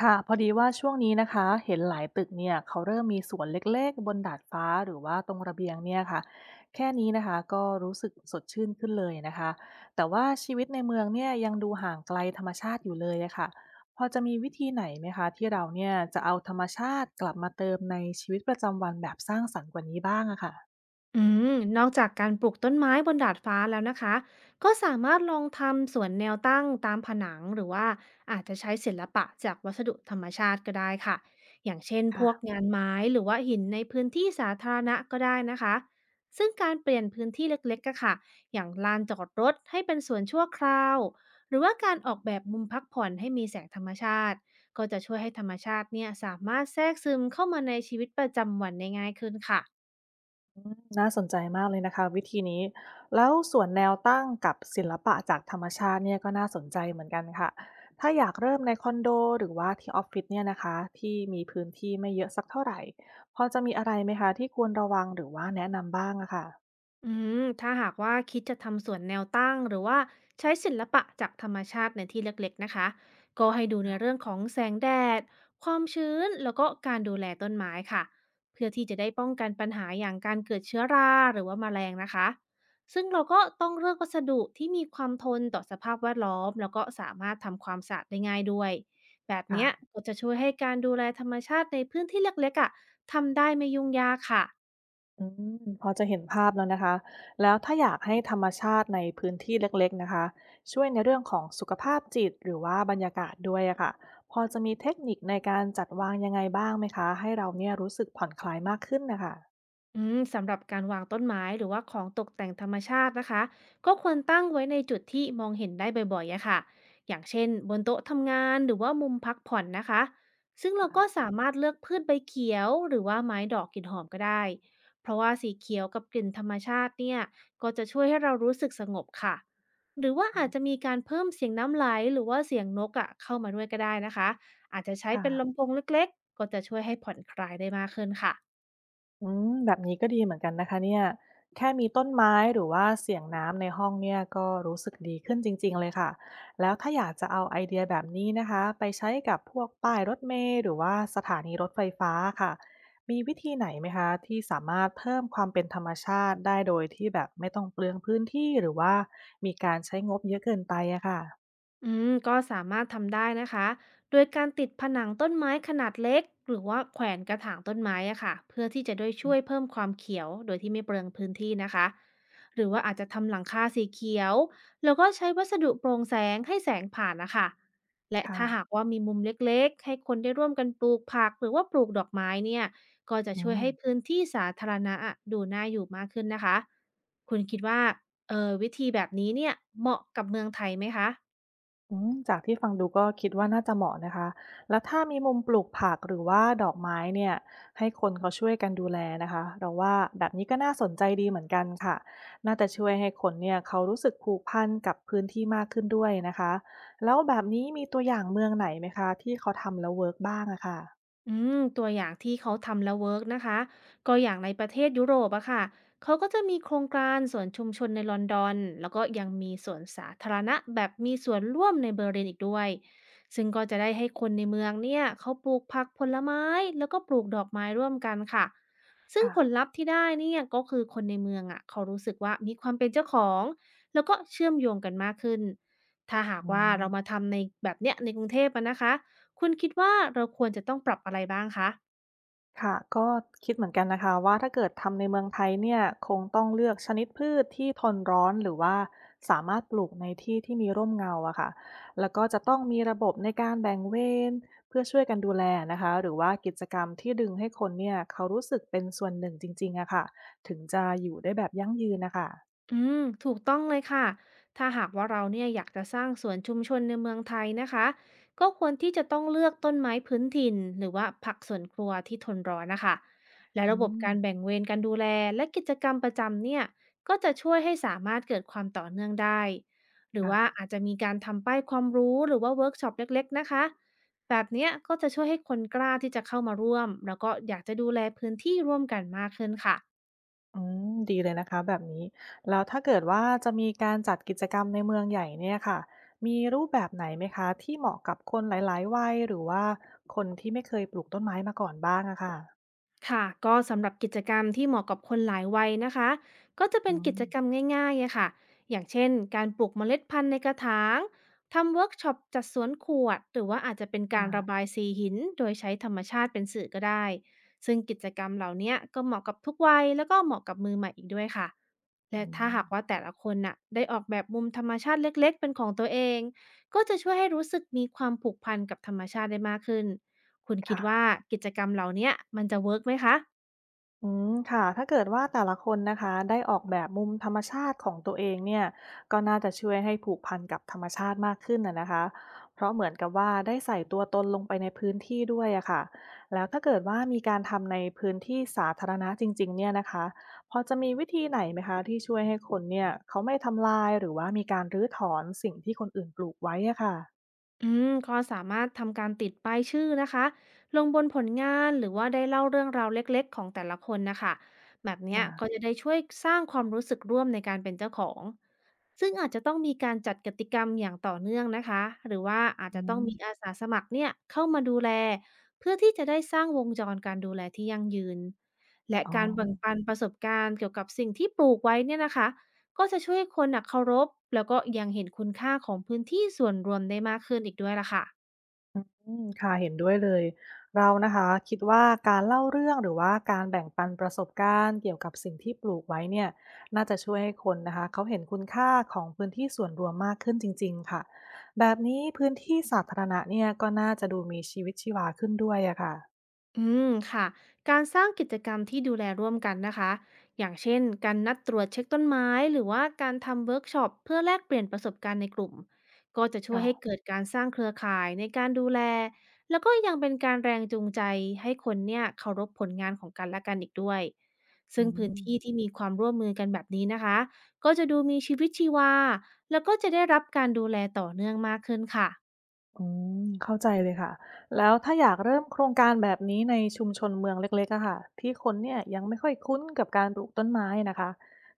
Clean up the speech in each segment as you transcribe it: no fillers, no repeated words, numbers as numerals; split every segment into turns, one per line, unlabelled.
ค่ะพอดีว่าช่วงนี้นะคะเห็นหลายตึกเนี่ยเขาเริ่มมีสวนเล็กๆบนดาดฟ้าหรือว่าตรงระเบียงเนี่ยค่ะแค่นี้นะคะก็รู้สึกสดชื่นขึ้นเลยนะคะแต่ว่าชีวิตในเมืองเนี่ยยังดูห่างไกลธรรมชาติอยู่เลยอะค่ะพอจะมีวิธีไหนไหมคะที่เราเนี่ยจะเอาธรรมชาติกลับมาเติมในชีวิตประจำวันแบบสร้างสรรค์กว่านี้บ้างอะค่ะ
อืนอกจากการปลูกต้นไม้บนดาดฟ้าแล้วนะคะก็สามารถลองทำสวนแนวตั้งตามผนังหรือว่าอาจจะใช้ศิลปะจากวัสดุธรรมชาติก็ได้ค่ะอย่างเช่นพวกงานไม้หรือว่าหินในพื้นที่สาธารณะก็ได้นะคะซึ่งการเปลี่ยนพื้นที่เล็กๆก็ค่ะอย่างลานจอดรถให้เป็นสวนชั่วคราวหรือว่าการออกแบบมุมพักผ่อนให้มีแสงธรรมชาติก็จะช่วยให้ธรรมชาติเนี่ยสามารถแทรกซึมเข้ามาในชีวิตประจำวันได้ง่ายขึ้นค่ะ
อืมน่าสนใจมากเลยนะคะวิธีนี้แล้วส่วนแนวตั้งกับศิลปะจากธรรมชาติเนี่ยก็น่าสนใจเหมือนกันค่ะถ้าอยากเริ่มในคอนโดหรือว่าที่ออฟฟิศเนี่ยนะคะที่มีพื้นที่ไม่เยอะสักเท่าไหร่พอจะมีอะไรไหมคะที่ควรระวังหรือว่าแนะนำบ้างอะค่ะ
อืถ้าหากว่าคิดจะทำสวนแนวตั้งหรือว่าใช้ศิลปะจากธรรมชาติในที่เล็กๆนะคะก็ให้ดูในเรื่องของแสงแดดความชื้นแล้วก็การดูแลต้นไม้ค่ะเพื่อที่จะได้ป้องกันปัญหาอย่างการเกิดเชื้อราหรือว่าแมลงนะคะซึ่งเราก็ต้องเลือกวัสดุที่มีความทนต่อสภาพแวดล้อมแล้วก็สามารถทำความสะอาดได้ง่ายด้วยแบบ
ค่ะ
เนี้ยก็จะช่วยให้การดูแลธรรมชาติในพื้นที่เล็กๆอ่ะทำได้ไม่ยุ่งยากค่ะ
อืมพอจะเห็นภาพแล้วนะคะ แล้วถ้าอยากให้ธรรมชาติในพื้นที่เล็กๆนะคะช่วยในเรื่องของสุขภาพจิตหรือว่าบรรยากาศด้วยอะค่ะพอจะมีเทคนิคในการจัดวางยังไงบ้างไหมคะให้เราเนี่ยรู้สึกผ่อนคลายมากขึ้นนะคะ
สำหรับการวางต้นไม้หรือว่าของตกแต่งธรรมชาตินะคะก็ควรตั้งไว้ในจุดที่มองเห็นได้บ่อยๆอะค่ะอย่างเช่นบนโต๊ะทำงานหรือว่ามุมพักผ่อนนะคะซึ่งเราก็สามารถเลือกพืชใบเขียวหรือว่าไม้ดอกกลิ่นหอมก็ได้เพราะว่าสีเขียวกับกลิ่นธรรมชาติเนี่ยก็จะช่วยให้เรารู้สึกสงบค่ะหรือว่า
อื
อาจจะ
ม
มีการเพิ่มเสียงน้ำไหลหรือว่าเสียงนกอะเข้ามาด้วยก็ได้นะคะอาจจะใช้เป็น
ค่ะ
ลำโพงเล็กๆก็จะช่วยให้ผ่อนคลายได้มากขึ้นค่ะ
อืมแบบนี้ก็ดีเหมือนกันนะคะเนี่ยแค่มีต้นไม้หรือว่าเสียงน้ำในห้องเนี่ยก็รู้สึกดีขึ้นจริงๆเลยค่ะแล้วถ้าอยากจะเอาไอเดียแบบนี้นะคะไปใช้กับพวกป้ายรถเมล์หรือว่าสถานีรถไฟฟ้าค่ะมีวิธีไหนไหมคะที่สามารถเพิ่มความเป็นธรรมชาติได้โดยที่แบบไม่ต้องเปลืองพื้นที่หรือว่ามีการใช้งบเยอะเกินไปอะค่ะ
ก็สามารถทำได้นะคะโดยการติดผนังต้นไม้ขนาดเล็กหรือว่าแขวนกระถางต้นไม้อะค่ะเพื่อที่จะได้วย
อื
ช่ว
ม
ยเพิ่มความเขียวโดยที่ไม่เปลืองพื้นที่นะคะหรือว่าอาจจะทำหลังคาสีเขียวแล้วก็ใช้วัสดุโปร่งแสงให้แสงผ่านนะคะและ
ค่ะ
ถ้าหากว่ามีมุมเล็กๆให้คนได้ร่วมกันปลูกผักหรือว่าปลูกดอกไม้เนี่ยก็จะ
อื
ช่วย
ม
ให้พื้นที่สาธารณะอะดูน่าอยู่มากขึ้นนะคะคุณคิดว่าวิธีแบบนี้เนี่ยเหมาะกับเมืองไทยไหมคะ
อืมจากที่ฟังดูก็คิดว่าน่าจะเหมาะนะคะ แล้วถ้ามีมุมปลูกผักหรือว่าดอกไม้เนี่ยให้คนเขาช่วยกันดูแลนะคะเราว่าแบบนี้ก็น่าสนใจดีเหมือนกันค่ะ น่าจะช่วยให้คนเนี่ยเขารู้สึกผูกพันกับพื้นที่มากขึ้นด้วยนะคะ แล้วแบบนี้มีตัวอย่างเมืองไหนไหมคะที่เขาทำแล้วเวิร์กบ้างอะค่ะ
ตัวอย่างที่เขาทำแล้วเวิร์กนะคะก็อย่างในประเทศยุโรปอะค่ะเขาก็จะมีโครงการสวนชุมชนในลอนดอนแล้วก็ยังมีสวนสาธารณะแบบมีส่วนร่วมในเบอร์ลินอีกด้วยซึ่งก็จะได้ให้คนในเมืองเนี่ยเขาปลูกผักผลไม้แล้วก็ปลูกดอกไม้ร่วมกันค่ะซึ่ง
ค่ะ
ผลลัพธ์ที่ได้เนี่ยก็คือคนในเมืองอะเขารู้สึกว่ามีความเป็นเจ้าของแล้วก็เชื่อมโยงกันมากขึ้นถ้าหาก
อื
ว่าเรามา
ม
ทำในแบบเนี้ยในกรุงเทพอะนะคะ คุณคิดว่าเราควรจะต้องปรับอะไรบ้างคะ
ค่ะก็คิดเหมือนกันนะคะว่าถ้าเกิดทำในเมืองไทยเนี่ยคงต้องเลือกชนิดพืชที่ทนร้อนหรือว่าสามารถปลูกในที่ที่มีร่มเงาอะค่ะแล้วก็จะต้องมีระบบในการแบ่งเวรเพื่อช่วยกันดูแลนะคะหรือว่ากิจกรรมที่ดึงให้คนเนี่ยเขารู้สึกเป็นส่วนหนึ่งจริงๆอะค่ะถึงจะอยู่ได้แบบยั่งยืนนะคะ
ถูกต้องเลยค่ะถ้าหากว่าเราเนี่ยอยากจะสร้างสวนชุมชนในเมืองไทยนะคะก็ควรที่จะต้องเลือกต้นไม้พื้นถิ่นหรือว่าผักสวนครัวที่ทนร้อนน่ะค่ะและ
อื
ระบบ
ม
การแบ่งเวรการดูแลและกิจกรรมประจำเนี่ยก็จะช่วยให้สามารถเกิดความต่อเนื่องได้หรือว่า
ค่ะ
อาจจะมีการทำป้ายความรู้หรือว่าเวิร์กช็อปเล็กๆนะคะแบบเนี้ยก็จะช่วยให้คนกล้าที่จะเข้ามาร่วมแล้วก็อยากจะดูแลพื้นที่ร่วมกันมากขึ้นค่ะ
อืมดีเลยนะคะแบบนี้แล้วถ้าเกิดว่าจะมีการจัดกิจกรรมในเมืองใหญ่เนี่ยค่ะมีรูปแบบไหนไหมคะที่เหมาะกับคนหลายๆวัยหรือว่าคนที่ไม่เคยปลูกต้นไม้มาก่อนบ้างอะค่ะ
ค่ะก็สำหรับกิจกรรมที่เหมาะกับคนหลายวัยนะคะก็จะเป็
อื
นกิจกรรม
ม
ง่ายๆอะค่ะอย่างเช่นการปลูกเมล็ดพันธุ์ในกระถางทำเวิร์กช็อปจัดสวนขวดหรือว่าอาจจะเป็นกา
ค่ะ
รระบายสีหินโดยใช้ธรรมชาติเป็นสื่อก็ได้ซึ่งกิจกรรมเหล่าเนี้ยก็เหมาะกับทุกวัยแล้วก็เหมาะกับมือใหม่อีกด้วยค่ะ
อื
และถ้าหากว่า
ม
แต่ละคนน่ะได้ออกแบบมุมธรรมชาติเล็กๆเป็นของตัวเองก็จะช่วยให้รู้สึกมีความผูกพันกับธรรมชาติได้มากขึ้น คุณคิ
ค่ะ
ดว่ากิจกรรมเหล่าเนี้ยมันจะเวิร์กไหมคะ
อืมค่ะถ้าเกิดว่าแต่ละคนนะคะได้ออกแบบมุมธรรมชาติของตัวเองเนี่ยก็น่าจะช่วยให้ผูกพันกับธรรมชาติมากขึ้นนะนะคะเพราะเหมือนกับว่าได้ใส่ตัวตนลงไปในพื้นที่ด้วยอะค่ะแล้วถ้าเกิดว่ามีการทำในพื้นที่สาธารณะจริงๆเนี่ยนะคะพอจะมีวิธีไหนไหมคะที่ช่วยให้คนเนี่ยเขาไม่ทำลายหรือว่ามีการรื้อถอนสิ่งที่คนอื่นปลูกไว้อะค่ะ
ก็สามารถทำการติดป้ายชื่อนะคะลงบนผลงานหรือว่าได้เล่าเรื่องราวเล็กๆของแต่ละคนนะคะแบบเนี้ย
ค่ะ
ก็จะได้ช่วยสร้างความรู้สึกร่วมในการเป็นเจ้าของซึ่งอาจจะต้องมีการจัดกิจกรรมอย่างต่อเนื่องนะคะหรือว่าอาจ
อื
จะต้อง
ม
มีอาสาสมัครเนี่ยเข้ามาดูแลเพื่อที่จะได้สร้างวงจรการดูแลที่ยั่งยืนและ
อ๋อ
การแบ่งปันประสบการณ์เกี่ยวกับสิ่งที่ปลูกไว้เนี่ยนะคะ ก็จะช่วยให้คนน่ะเคารพแล้วก็ยังเห็นคุณค่าของพื้นที่ส่วนรวมได้มากขึ้นอีกด้วยล่ะค่ะ
อืมค่ะเห็นด้วยเลยเรานะคะคิดว่าการเล่าเรื่องหรือว่าการแบ่งปันประสบการณ์เกี่ยวกับสิ่งที่ปลูกไว้เนี่ยน่าจะช่วยให้คนนะคะเขาเห็นคุณค่าของพื้นที่ส่วนรวมมากขึ้นจริงๆค่ะแบบนี้พื้นที่สาธารณะเนี่ยก็น่าจะดูมีชีวิตชีวาขึ้นด้วยอะค่ะ
อืมค่ะการสร้างกิจกรรมที่ดูแลร่วมกันนะคะอย่างเช่นการนัดตรวจเช็คต้นไม้หรือว่าการทำเวิร์กช็อปเพื่อแลกเปลี่ยนประสบการณ์ในกลุ่มก็จะช่วยให้
ค่ะ
เกิดการสร้างเครือข่ายในการดูแลแล้วก็ยังเป็นการแรงจูงใจให้คนเนี่ยเคารพผลงานของกันและกันอีกด้วย
อื
ซึ่งพื้นที่
ม
ที่มีความร่วมมือกันแบบนี้นะคะก็จะดูมีชีวิตชีวาแล้วก็จะได้รับการดูแลต่อเนื่องมากขึ้นค่ะ
อืมเข้าใจเลยค่ะแล้วถ้าอยากเริ่มโครงการแบบนี้ในชุมชนเมืองเล็กๆอะค่ะที่คนเนี่ยยังไม่ค่อยคุ้นกับการปลูกต้นไม้นะคะ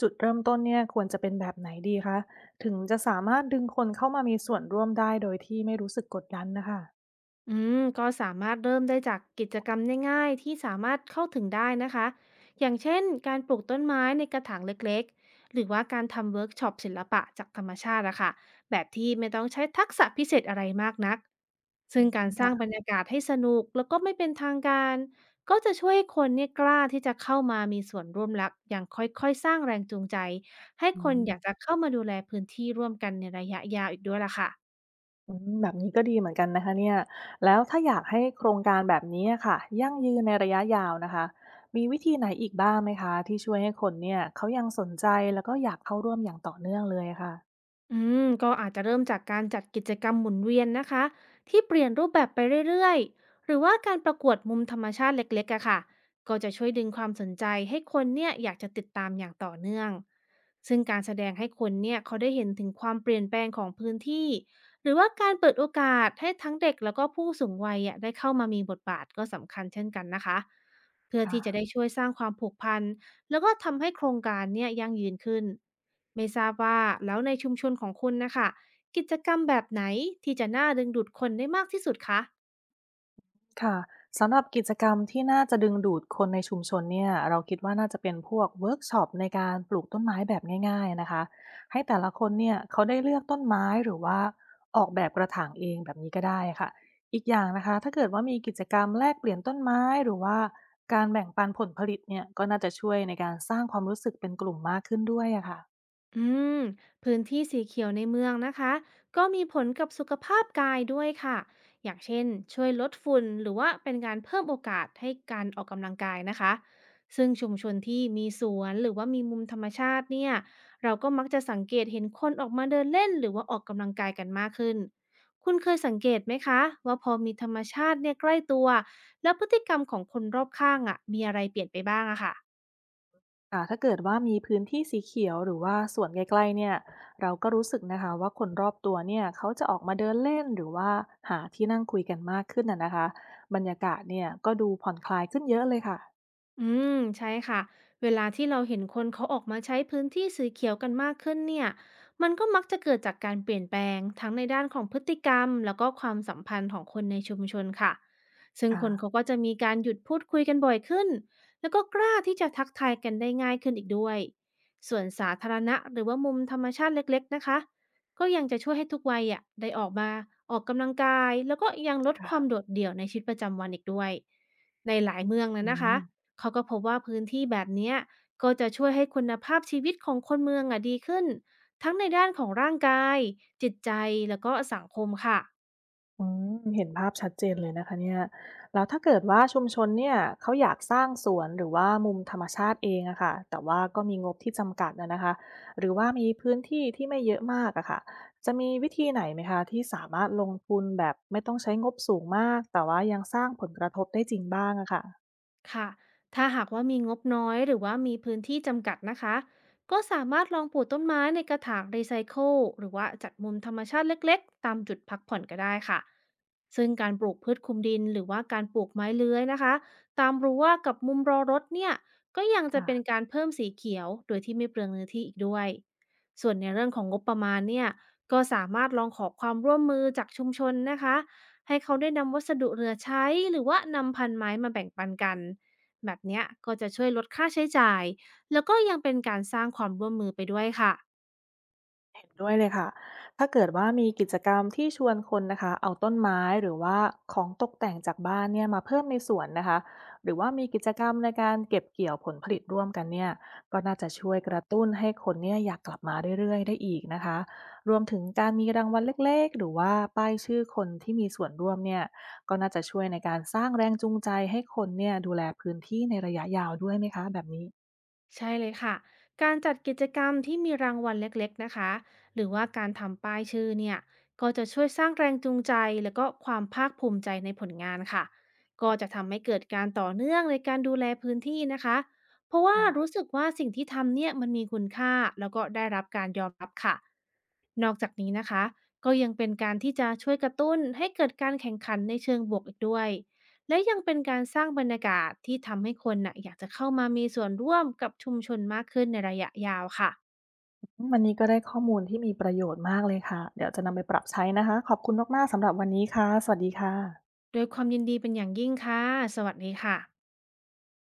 จุดเริ่มต้นเนี่ยควรจะเป็นแบบไหนดีคะถึงจะสามารถดึงคนเข้ามามีส่วนร่วมได้โดยที่ไม่รู้สึกกดดันนะคะ
ก็สามารถเริ่มได้จากกิจกรรมง่ายๆที่สามารถเข้าถึงได้นะคะอย่างเช่นการปลูกต้นไม้ในกระถางเล็กๆหรือว่าการทำเวิร์กช็อปศิลปะจากธรรมชาติอะค่ะแบบที่ไม่ต้องใช้ทักษะพิเศษอะไรมากนัก
อื
ซึ่ง
ม
การสร้างบร
ค่ะ
รยากาศให้สนุกแล้วก็ไม่เป็นทางการก็จะช่วยให้คนเนี่ยกล้าที่จะเข้ามามีส่วนร่วมรักอย่างค่อยๆสร้างแรงจูงใจให้
อื
คน
ม
อยากจะเข้ามาดูแลพื้นที่ร่วมกันในระยะยาวอีกด้วยล่ะค่ะ
อืมแบบนี้ก็ดีเหมือนกันนะคะเนี่ยแล้วถ้าอยากให้โครงการแบบนี้อะค่ะยั่งยืนในระยะยาวนะคะมีวิธีไหนอีกบ้างไหมคะที่ช่วยให้คนเนี่ยเขายังสนใจแล้วก็อยากเข้าร่วมอย่างต่อเนื่องเลยค่ะ
อืก็อาจจะเริ่มจากการจัดกิจกรรมหมุนเวียนนะคะที่เปลี่ยนรูปแบบไปเรื่อยๆหรือว่าการประกวดมุมธรรมชาติเล็กๆอะค่ะก็จะช่วยดึงความสนใจให้คนเนี่ยอยากจะติดตามอย่างต่อเนื่องซึ่งการแสดงให้คนเนี่ยเขาได้เห็นถึงความเปลี่ยนแปลงของพื้นที่หรือว่าการเปิดโอกาสให้ทั้งเด็กแล้วก็ผู้สูงวัยอะได้เข้ามามีบทบาทก็สำคัญเช่นกันนะคะเพื่อ
ค่ะ
ที่จะได้ช่วยสร้างความผูกพัน แล้วก็ทำให้โครงการเนี่ยยั่งยืนขึ้น ไม่ทราบว่าแล้วในชุมชนของคุณนะคะกิจกรรมแบบไหนที่จะน่าดึงดูดคนได้มากที่สุดคะ
ค่ะสำหรับกิจกรรมที่น่าจะดึงดูดคนในชุมชนเนี่ยเราคิดว่าน่าจะเป็นพวกเวิร์กช็อปในการปลูกต้นไม้แบบง่ายๆนะคะให้แต่ละคนเนี่ยเขาได้เลือกต้นไม้หรือว่าออกแบบกระถางเองแบบนี้ก็ได้ค่ะอีกอย่างนะคะถ้าเกิดว่ามีกิจกรรมแลกเปลี่ยนต้นไม้หรือว่าการแบ่งปันผลผลิตเนี่ยก็น่าจะช่วยในการสร้างความรู้สึกเป็นกลุ่มมากขึ้นด้วยอะค่ะ
อืมพื้นที่สีเขียวในเมืองนะคะก็มีผลกับสุขภาพกายด้วยค่ะอย่างเช่นช่วยลดฝุ่นหรือว่าเป็นการเพิ่มโอกาสให้การออกกำลังกายนะคะซึ่งชุมชนที่มีสวนหรือว่ามีมุมธรรมชาติเนี่ยเราก็มักจะสังเกตเห็นคนออกมาเดินเล่นหรือว่าออกกำลังกายกันมากขึ้นคุณเคยสังเกตไหมคะว่าพอมีธรรมชาติเนี่ยใกล้ตัวแล้วพฤติกรรมของคนรอบข้างอ่ะมีอะไรเปลี่ยนไปบ้างอะค่ะ
ค่ะถ้าเกิดว่ามีพื้นที่สีเขียวหรือว่าสวนใกล้ๆเนี่ยเราก็รู้สึกนะคะว่าคนรอบตัวเนี่ยเขาจะออกมาเดินเล่นหรือว่าหาที่นั่งคุยกันมากขึ้นน่ะนะคะบรรยากาศเนี่ยก็ดูผ่อนคลายขึ้นเยอะเลยค่ะ
อืมใช่ค่ะเวลาที่เราเห็นคนเขาออกมาใช้พื้นที่สีเขียวกันมากขึ้นเนี่ยมันก็มักจะเกิดจากการเปลี่ยนแปลงทั้งในด้านของพฤติกรรมแล้วก็ความสัมพันธ์ของคนในชุมชนค่ะซึ่ง
ค่ะ
คนเขาก็จะมีการหยุดพูดคุยกันบ่อยขึ้นแล้วก็กล้าที่จะทักทายกันได้ง่ายขึ้นอีกด้วยส่วนสาธารณะหรือว่ามุมธรรมชาติเล็กๆนะคะก็ยังจะช่วยให้ทุกวัยอ่ะได้ออกมาออกกำลังกายแล้วก็ยังลดความ
ค่ะ
โดดเดี่ยวในชีวิตประจำวันอีกด้วยในหลายเมือง
อื
นะนะ
ม
คะ เขาก็พบว่าพื้นที่แบบเนี้ยก็จะช่วยให้คุณภาพชีวิตของคนเมืองอะดีขึ้นทั้งในด้านของร่างกายจิตใจแล้วก็สังคมค่ะ
อืมเห็นภาพชัดเจนเลยนะคะเนี่ยแล้วถ้าเกิดว่าชุมชนเนี่ยเขาอยากสร้างสวนหรือว่ามุมธรรมชาติเองอะค่ะแต่ว่าก็มีงบที่จำกัดนะคะหรือว่ามีพื้นที่ที่ไม่เยอะมากอะค่ะจะมีวิธีไหนไหมคะที่สามารถลงทุนแบบไม่ต้องใช้งบสูงมากแต่ว่ายังสร้างผลกระทบได้จริงบ้างอะค่ะ
ค่ะถ้าหากว่ามีงบน้อยหรือว่ามีพื้นที่จำกัดนะคะ ก็สามารถลองปลูกต้นไม้ในกระถางรีไซเคิลหรือว่าจัดมุมธรรมชาติเล็กๆตามจุดพักผ่อนก็ได้ค่ะ ซึ่งการปลูกพืชคลุมดินหรือว่าการปลูกไม้เลื้อยนะคะ ตามรั้วกับมุมรอรถเนี่ยก็ยังจะเป็น
ค่ะ
การเพิ่มสีเขียวโดยที่ไม่เปลืองเนื้อที่อีกด้วย ส่วนในเรื่องของงบประมาณเนี่ยก็สามารถลองขอความร่วมมือจากชุมชนนะคะ ให้เขาได้นำวัสดุเหลือใช้หรือว่านำพันไม้มาแบ่งปันกันแบบเนี้ยก็จะช่วยลดค่าใช้จ่ายแล้วก็ยังเป็นการสร้างความร่วมมือไปด้วยค่ะ
เห็นด้วยเลยค่ะ ถ้าเกิดว่ามีกิจกรรมที่ชวนคนนะคะเอาต้นไม้หรือว่าของตกแต่งจากบ้านเนี่ยมาเพิ่มในสวนนะคะ หรือว่ามีกิจกรรมในการเก็บเกี่ยวผลผลิตร่วมกันเนี่ยก็น่าจะช่วยกระตุ้นให้คนเนี่ยอยากกลับมาเรื่อยๆได้อีกนะคะ รวมถึงการมีรางวัลเล็กๆหรือว่าป้ายชื่อคนที่มีส่วนร่วมเนี่ยก็น่าจะช่วยในการสร้างแรงจูงใจให้คนเนี่ยดูแลพื้นที่ในระยะยาวด้วยไหมคะแบบนี้
ใช่เลยค่ะการจัดกิจกรรมที่มีรางวัลเล็กๆนะคะหรือว่าการทำป้ายชื่อเนี่ยก็จะช่วยสร้างแรงจูงใจแล้วก็ความภาคภูมิใจในผลงานค่ะก็จะทำให้เกิดการต่อเนื่องในการดูแลพื้นที่นะคะเพราะว่ารู้สึกว่าสิ่งที่ทำเนี่ยมันมีคุณค่าแล้วก็ได้รับการยอมรับค่ะนอกจากนี้นะคะก็ยังเป็นการที่จะช่วยกระตุ้นให้เกิดการแข่งขันในเชิงบวกอีกด้วย และยังเป็นการสร้างบรรยากาศที่ทำให้คนน่ะอยากจะเข้ามามีส่วนร่วมกับชุมชนมากขึ้นในระยะยาวค่ะ
อืมวันนี้ก็ได้ข้อมูลที่มีประโยชน์มากเลยค่ะ เดี๋ยวจะนำไปปรับใช้นะคะ ขอบคุณมากๆสำหรับวันนี้ค่ะ สวัสดีค่ะ
โดวยความยินดีเป็นอย่างยิ่งค่ะ สวัสดีค่ะ